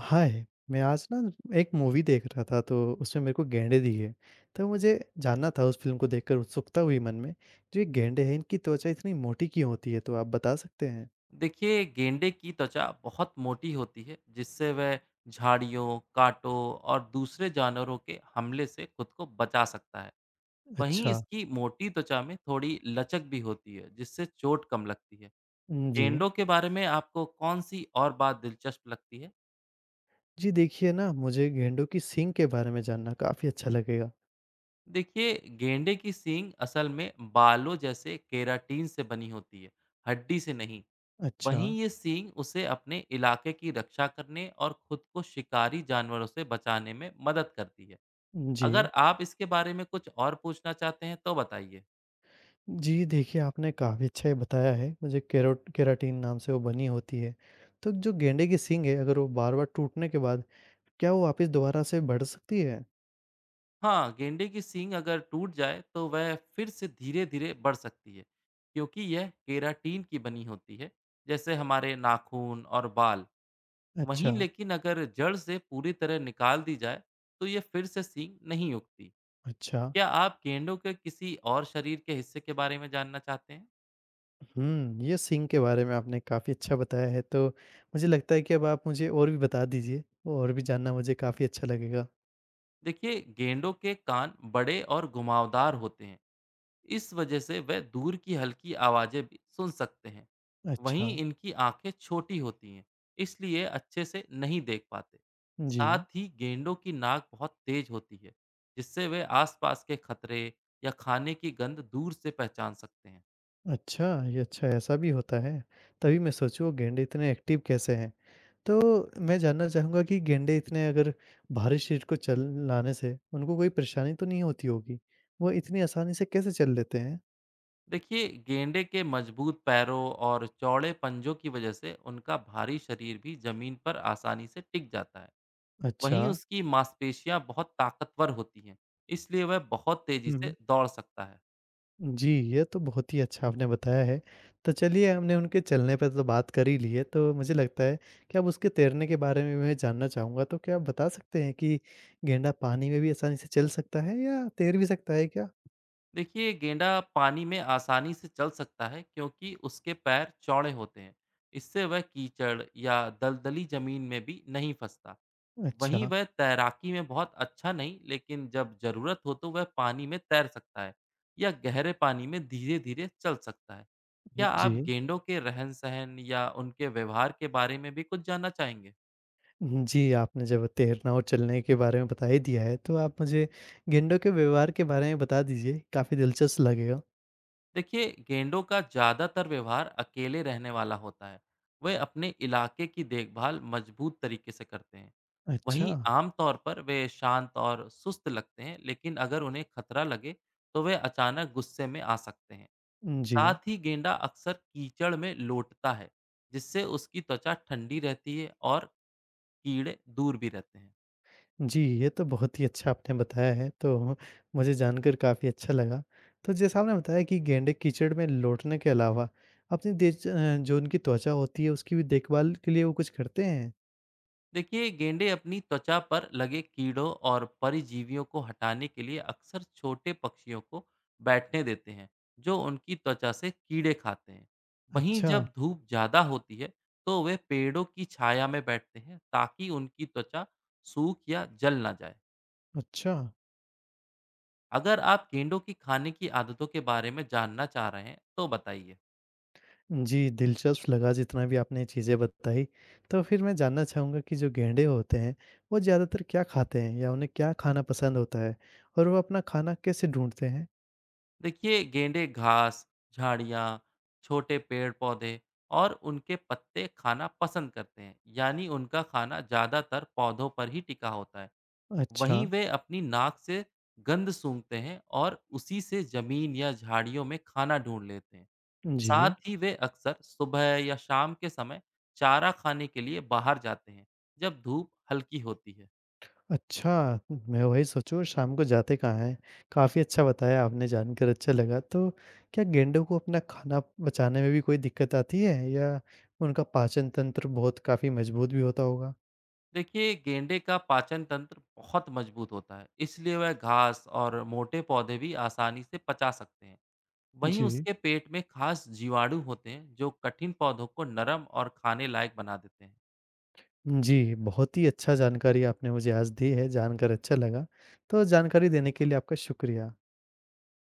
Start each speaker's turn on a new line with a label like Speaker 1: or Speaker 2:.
Speaker 1: हाय! मैं आज ना एक मूवी देख रहा था तो उसमें मेरे को गैंडे दिखे। तो मुझे जानना था उस फ़िल्म को देखकर उत्सुकता हुई मन में, जो ये गैंडे हैं इनकी त्वचा इतनी मोटी क्यों होती है? तो आप बता सकते हैं?
Speaker 2: देखिए, गेंडे की त्वचा बहुत मोटी होती है जिससे वह झाड़ियों, कांटों और दूसरे जानवरों के हमले से खुद को बचा सकता है। वहीं
Speaker 1: अच्छा।
Speaker 2: इसकी मोटी त्वचा में थोड़ी लचक भी होती है जिससे चोट कम लगती है।
Speaker 1: जी।
Speaker 2: गेंडों के बारे में आपको कौन सी और बात दिलचस्प लगती है?
Speaker 1: जी देखिए ना मुझे गैंडों की सींग के बारे में जानना काफ़ी अच्छा लगेगा।
Speaker 2: देखिए, गेंडे की सींग असल में बालों जैसे केराटिन से बनी होती है, हड्डी से नहीं।
Speaker 1: अच्छा।
Speaker 2: वहीं ये सींग उसे अपने इलाके की रक्षा करने और खुद को शिकारी जानवरों से बचाने में मदद करती है।
Speaker 1: जी।
Speaker 2: अगर आप इसके बारे में कुछ और पूछना चाहते हैं तो बताइए।
Speaker 1: जी देखिए आपने काफ़ी अच्छा ये बताया है। मुझे केरोट केराटिन नाम से वो बनी होती है। तो जो गैंडे की सींग है अगर वो बार-बार टूटने के बाद क्या वो वापस दोबारा से बढ़ सकती है?
Speaker 2: हाँ, गेंडे की सींग अगर टूट जाए तो वह फिर से धीरे धीरे बढ़ सकती है क्योंकि यह केराटीन की बनी होती है, जैसे हमारे नाखून और बाल। वहीं
Speaker 1: अच्छा।
Speaker 2: लेकिन अगर जड़ से पूरी तरह निकाल दी जाए तो यह फिर से सींग नहीं उगती।
Speaker 1: अच्छा,
Speaker 2: क्या आप गेंडों के किसी और शरीर के हिस्से के बारे में जानना चाहते हैं?
Speaker 1: हुँ, ये सींग के बारे में आपने काफ़ी अच्छा बताया है, तो मुझे लगता है कि अब आप मुझे और भी बता दीजिए, और भी जानना मुझे काफ़ी अच्छा लगेगा।
Speaker 2: देखिए, गेंडों के कान बड़े और घुमावदार होते हैं, इस वजह से वे दूर की हल्की आवाजें भी सुन सकते हैं।
Speaker 1: अच्छा,
Speaker 2: वहीं इनकी आंखें छोटी होती हैं, इसलिए अच्छे से नहीं देख पाते।
Speaker 1: जी।
Speaker 2: साथ ही गेंडों की नाक बहुत तेज होती है जिससे वे आसपास के खतरे या खाने की गंध दूर से पहचान सकते हैं।
Speaker 1: अच्छा, ये अच्छा ऐसा भी होता है, तभी मैं सोचूँ वो गैंडे इतने एक्टिव कैसे हैं। तो मैं जानना चाहूँगा कि गैंडे इतने अगर भारी शरीर को चलाने से उनको कोई परेशानी तो नहीं होती होगी? वो इतनी आसानी से कैसे चल लेते हैं?
Speaker 2: देखिए, गेंडे के मजबूत पैरों और चौड़े पंजों की वजह से उनका भारी शरीर भी जमीन पर आसानी से टिक जाता है।
Speaker 1: अच्छा।
Speaker 2: वहीं उसकी मांसपेशियाँ बहुत ताकतवर होती हैं, इसलिए वह बहुत तेज़ी
Speaker 1: हुँ, हुँ।
Speaker 2: से दौड़ सकता है।
Speaker 1: जी, ये तो बहुत ही अच्छा आपने बताया है। तो चलिए हमने उनके चलने पे तो बात कर ही ली है, तो मुझे लगता है कि अब उसके तैरने के बारे में मैं जानना चाहूँगा। तो क्या आप बता सकते हैं कि गेंडा पानी में भी आसानी से चल सकता है या तैर भी सकता है क्या?
Speaker 2: देखिए, गेंडा पानी में आसानी से चल सकता है क्योंकि उसके पैर चौड़े होते हैं। इससे वह कीचड़ या दलदली ज़मीन में भी नहीं फँसता। वहीं
Speaker 1: अच्छा,
Speaker 2: वह तैराकी में बहुत अच्छा नहीं, लेकिन जब ज़रूरत हो तो वह पानी में तैर सकता है या गहरे पानी में धीरे-धीरे चल सकता है। क्या
Speaker 1: जी।
Speaker 2: आप गेंडों के रहन-सहन या उनके व्यवहार के बारे में भी कुछ जानना चाहेंगे?
Speaker 1: जी, आपने जब तैरना और चलने के बारे में बता ही दिया है, तो आप मुझे गेंडों के व्यवहार के बारे में बता दीजिए, काफ़ी दिलचस्प लगेगा।
Speaker 2: देखिए, गेंडों का ज़्यादातर व्यवहार अकेले रहने वाला होता है। वे अपने इलाके की देखभाल मजबूत तरीके से करते हैं।
Speaker 1: अच्छा,
Speaker 2: वहीं आमतौर पर वे शांत और सुस्त लगते हैं लेकिन अगर उन्हें खतरा लगे तो वे अचानक गुस्से में आ सकते हैं।
Speaker 1: जी।
Speaker 2: साथ ही गेंडा अक्सर कीचड़ में लोटता है जिससे उसकी त्वचा ठंडी रहती है और कीड़े दूर भी रहते हैं।
Speaker 1: जी, ये तो बहुत ही अच्छा आपने बताया है, तो मुझे जानकर काफ़ी अच्छा लगा। तो जैसा आपने बताया कि गेंडे कीचड़ में लौटने के अलावा अपनी जो उनकी त्वचा होती है, उसकी भी देखभाल के लिए वो कुछ करते हैं?
Speaker 2: देखिए, गेंडे अपनी त्वचा पर लगे कीड़ों और परजीवियों को हटाने के लिए अक्सर छोटे पक्षियों को बैठने देते हैं जो उनकी त्वचा से कीड़े खाते हैं। वहीं
Speaker 1: अच्छा,
Speaker 2: जब धूप ज़्यादा होती है तो वे पेड़ों की छाया में बैठते हैं ताकि उनकी त्वचा सूख या जल ना जाए।
Speaker 1: अच्छा।
Speaker 2: अगर आप गेंडों की खाने की आदतों के बारे में जानना चाह रहे हैं तो बताइए।
Speaker 1: जी, दिलचस्प लगा जितना भी आपने चीज़ें बताई। तो फिर मैं जानना चाहूँगा कि जो गेंडे होते हैं, वो ज़्यादातर क्या खाते हैं या उन्हें क्या खाना पसंद होता है? और वो अपना खाना कैसे ढूँढते हैं?
Speaker 2: देखिए, गेंडे घास, झाड़ियाँ, छोटे पेड़ पौधे और उनके पत्ते खाना पसंद करते हैं, यानी उनका खाना ज़्यादातर पौधों पर ही टिका होता है।
Speaker 1: अच्छा,
Speaker 2: वहीं वे अपनी नाक से गंध सूंघते हैं और उसी से जमीन या झाड़ियों में खाना ढूंढ लेते हैं।
Speaker 1: जी।
Speaker 2: साथ ही वे अक्सर सुबह या शाम के समय चारा खाने के लिए बाहर जाते हैं, जब धूप हल्की होती है।
Speaker 1: अच्छा, मैं वही सोचूँ शाम को जाते कहाँ हैं? काफ़ी अच्छा बताया आपने जानकर अच्छा लगा। तो क्या गैंडों को अपना खाना पचाने में भी कोई दिक्कत आती है या उनका पाचन तंत्र बहुत काफ़ी मजबूत भी होता होगा?
Speaker 2: देखिए, गेंडे का पाचन तंत्र बहुत मजबूत होता है, इसलिए वह घास और मोटे पौधे भी आसानी से पचा सकते हैं। जी, वहीं
Speaker 1: जी।
Speaker 2: उसके पेट में खास जीवाणु होते हैं जो कठिन पौधों को नरम और खाने लायक बना देते हैं।
Speaker 1: जी, बहुत ही अच्छा जानकारी आपने मुझे आज दी है, जानकर अच्छा लगा। तो जानकारी देने के लिए आपका शुक्रिया।